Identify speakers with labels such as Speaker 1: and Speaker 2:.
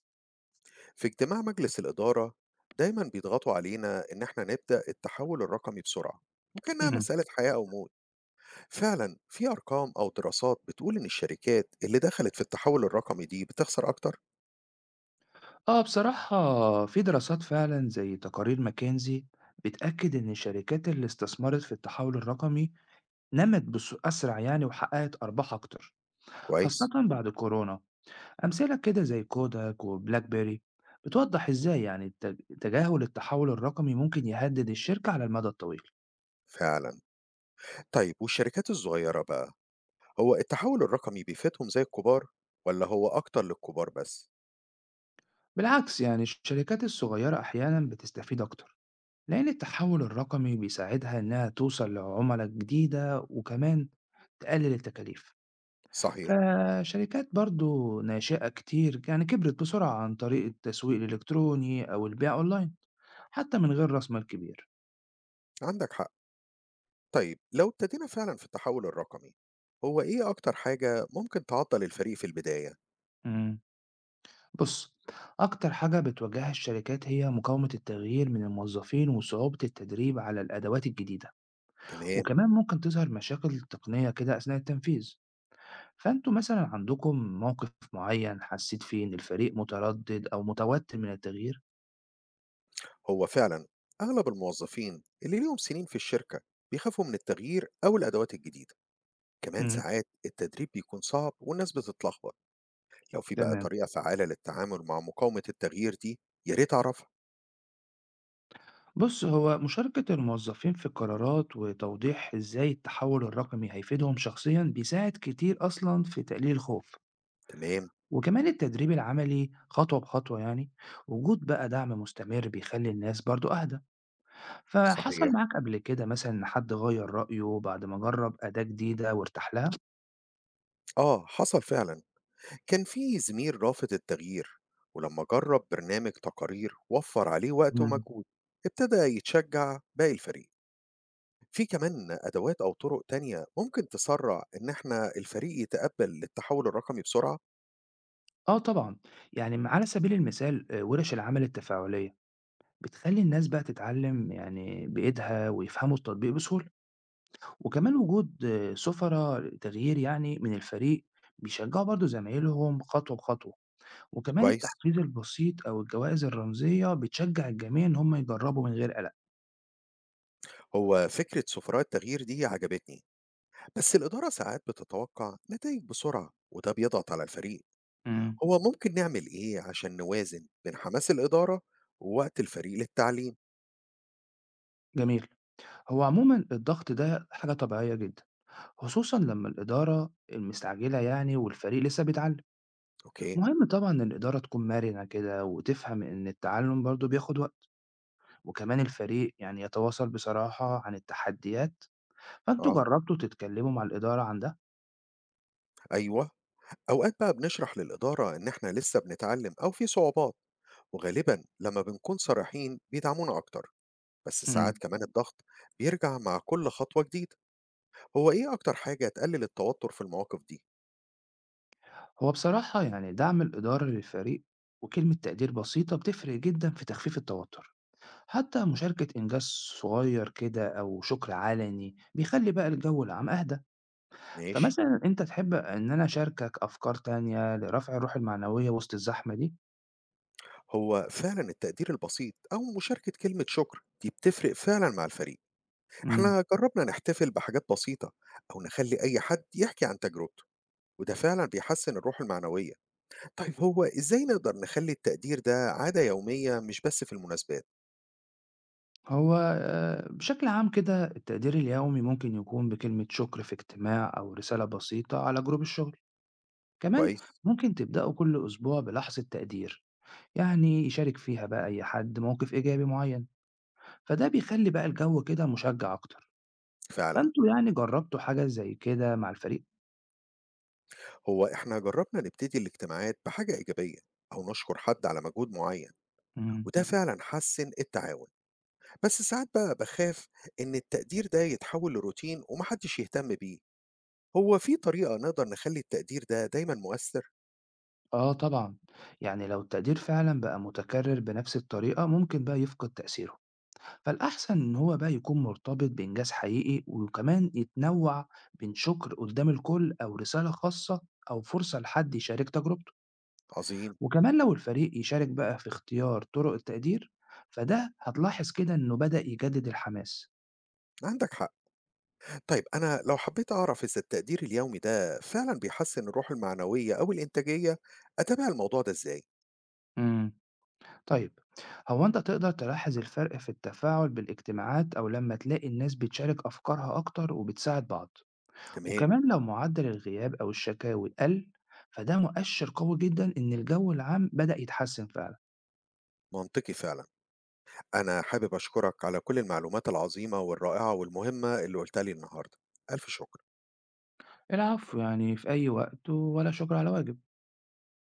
Speaker 1: في اجتماع مجلس الإدارة، دايما بيضغطوا علينا إن احنا نبدأ التحول الرقمي بسرعة، وكأنها
Speaker 2: إمم.
Speaker 1: مسألة حياة أو موت. فعلا في أرقام أو دراسات بتقول إن الشركات اللي دخلت في التحول الرقمي دي بتخسر أكتر؟
Speaker 2: آه، بصراحة في دراسات فعلًا زي تقارير ماكنزي بتأكد إن الشركات اللي استثمرت في التحول الرقمي نمت بس أسرع يعني وحققت أرباح أكتر، خاصة
Speaker 1: كويس.
Speaker 2: بعد كورونا. أمثلة كده زي كوداك وبلاك بيري بتوضح إزاي يعني تجاهل التحول الرقمي ممكن يهدد الشركة على المدى الطويل.
Speaker 1: فعلا. طيب والشركات الصغيرة بقى، هو التحول الرقمي بيفيدهم زي الكبار ولا هو أكتر للكبار بس؟
Speaker 2: بالعكس يعني الشركات الصغيرة أحيانًا بتستفيد أكتر، لأن التحول الرقمي بيساعدها إنها توصل لعملا جديدة وكمان تقلل التكاليف.
Speaker 1: صحيح.
Speaker 2: فشركات برضو ناشئة كتير يعني كبرت بسرعة عن طريق التسويق الإلكتروني أو البيع أونلاين حتى من غير رأس مال كبير.
Speaker 1: عندك حق. طيب لو ابتدينا فعلا في التحول الرقمي، هو إيه أكتر حاجة ممكن تعطل الفريق في البداية؟
Speaker 2: مم. بص، أكتر حاجة بتواجهها الشركات هي مقاومة التغيير من الموظفين وصعوبة التدريب على الأدوات الجديدة،
Speaker 1: تمام.
Speaker 2: وكمان ممكن تظهر مشاكل تقنية كده أثناء التنفيذ. فأنتوا مثلا عندكم موقف معين حسيت فيه إن الفريق متردد أو متوتر من التغيير؟
Speaker 1: هو فعلا أغلب الموظفين اللي ليهم سنين في الشركة بيخافوا من التغيير أو الأدوات الجديدة، كمان
Speaker 2: مم.
Speaker 1: ساعات التدريب بيكون صعب والناس بتتلخبط. لو في بقى
Speaker 2: تمام.
Speaker 1: طريقة فعالة للتعامل مع مقاومة التغيير دي، يا ريت أعرفها.
Speaker 2: بص، هو مشاركة الموظفين في القرارات وتوضيح ازاي التحول الرقمي هيفيدهم شخصيا بيساعد كتير اصلا في تقليل الخوف،
Speaker 1: تمام.
Speaker 2: وكمان التدريب العملي خطوة بخطوة، يعني وجود بقى دعم مستمر بيخلي الناس برضو اهدى. فحصل
Speaker 1: صحيح.
Speaker 2: معاك قبل كده مثلا ان حد غير رأيه بعد ما جرب أداة جديدة وارتاح لها؟
Speaker 1: آه حصل فعلا، كان في زميل رافض التغيير، ولما جرب برنامج تقارير وفر عليه وقت
Speaker 2: مم.
Speaker 1: ومجهود، ابتدى يتشجع باقي الفريق. في كمان أدوات أو طرق تانية ممكن تسرّع إن إحنا الفريق يتقبّل التحوّل الرقمي بسرعة؟
Speaker 2: اه طبعا، يعني على سبيل المثال ورش العمل التفاعلية بتخلي الناس بقى تتعلم يعني بإيدها ويفهموا التطبيق بسهولة، وكمان وجود سُفرا للتغيير يعني من الفريق بيشجّعوا برضه زمايلهم خطوة بخطوة، وكمان
Speaker 1: كويس،
Speaker 2: التحفيز البسيط أو الجوائز الرمزية بتشجّع الجميع إن هم يجرّبوا من غير قلق.
Speaker 1: هو فكرة سفراء التغيير دي عجبتني، بس الإدارة ساعات بتتوقع نتايج بسرعة وده بيضغط على الفريق،
Speaker 2: إمم.
Speaker 1: هو ممكن نعمل إيه عشان نوازن بين حماس الإدارة ووقت الفريق للتعليم؟
Speaker 2: جميل. هو عمومًا الضغط ده حاجة طبيعية جدًا، خصوصًا لمّا الإدارة المستعجلة يعني والفريق لسه بيتعلّم.
Speaker 1: أوكي،
Speaker 2: مهم طبعًا إن الإدارة تكون مرنة كده وتفهم إن التعلُّم برضه بياخُد وقت، وكمان الفريق يعني يتواصل بصراحة عن التحديات، فأنتم
Speaker 1: آه،
Speaker 2: جرّبتوا تتكلّموا مع الإدارة عن ده؟
Speaker 1: أيوه، أوقات بقى بنشرح للإدارة إن إحنا لسّه بنتعلّم أو في صعوبات، وغالبًا لمّا بنكون صريحين بيدعمونا أكتر. بس ساعات
Speaker 2: إمم.
Speaker 1: كمان الضغط بيرجع مع كل خطوة جديدة، هو إيه أكتر حاجة تقلل التوتر في المواقف دي؟
Speaker 2: هو بصراحة يعني دعم الإدارة للفريق وكلمة تقدير بسيطة بتفرق جدًا في تخفيف التوتر، حتى مشاركة إنجاز صغير كده أو شكر علني بيخلي بقى الجو العام أهدى.
Speaker 1: ماشي.
Speaker 2: فمثلًا أنت تحب إن أنا أشاركك أفكار تانية لرفع الروح المعنوية وسط الزحمة دي؟
Speaker 1: هو فعلا التقدير البسيط أو مشاركة كلمة شكر دي بتفرق فعلا مع الفريق.
Speaker 2: إمم.
Speaker 1: احنا جربنا نحتفل بحاجات بسيطة أو نخلي أي حد يحكي عن تجربته، وده فعلا بيحسن الروح المعنوية. طيب هو إزاي نقدر نخلي التقدير ده عادة يومية مش بس في المناسبات؟
Speaker 2: هو بشكل عام كده التقدير اليومي ممكن يكون بكلمة شكر في اجتماع أو رسالة بسيطة على جروب الشغل، كمان
Speaker 1: كويس.
Speaker 2: ممكن تبدأوا كل أسبوع بلحظة تقدير. يعني يشارك فيها بقى أي حد موقف إيجابي معيّن، فده بيخلّي بقى الجو كده مشجّع أكتر.
Speaker 1: فعلا.
Speaker 2: فأنتم يعني جرّبتوا حاجة زي كده مع الفريق؟
Speaker 1: هو احنا جربنا نبتدي الاجتماعات بحاجة إيجابية أو نشكر حد على مجهود معين،
Speaker 2: إمم.
Speaker 1: وده فعلا حسن التعاون. بس ساعات بقى بخاف إن التقدير ده يتحول لروتين ومحدش يهتم بيه، هو في طريقة نقدر نخلي التقدير ده دايما مؤثر؟
Speaker 2: آه طبعًا، يعني لو التقدير فعلًا بقى متكرر بنفس الطريقة ممكن بقى يفقد تأثيره، فالأحسن إن هو بقى يكون مرتبط بإنجاز حقيقي وكمان يتنوّع بين شكر قدّام الكل أو رسالة خاصة أو فرصة لحد يشارك تجربته،
Speaker 1: عظيم.
Speaker 2: وكمان لو الفريق يشارك بقى في اختيار طرق التقدير، فده هتلاحظ كده إنه بدأ يجدد الحماس.
Speaker 1: عندك حق. طيب أنا لو حبيت أعرف إذا التقدير اليومي ده فعلا بيحسن الروح المعنوية أو الإنتاجية، أتابع الموضوع ده إزاي؟
Speaker 2: إمم. طيب، هو أنت تقدر تلاحظ الفرق في التفاعل بالاجتماعات أو لمّا تلاقي الناس بتشارك أفكارها أكتر وبتساعد بعض،
Speaker 1: تمام.
Speaker 2: وكمان لو معدل الغياب أو الشكاوي قَل، فده مؤشر قوي جدًا إن الجو العام بدأ يتحسن فعلًا.
Speaker 1: منطقي فعلا. أنا حابب أشكرك على كل المعلومات العظيمة والرائعة والمهمة اللي قلتها لي النهاردة. ألف شكر.
Speaker 2: العفو، يعني في أي وقت، ولا شكر على واجب.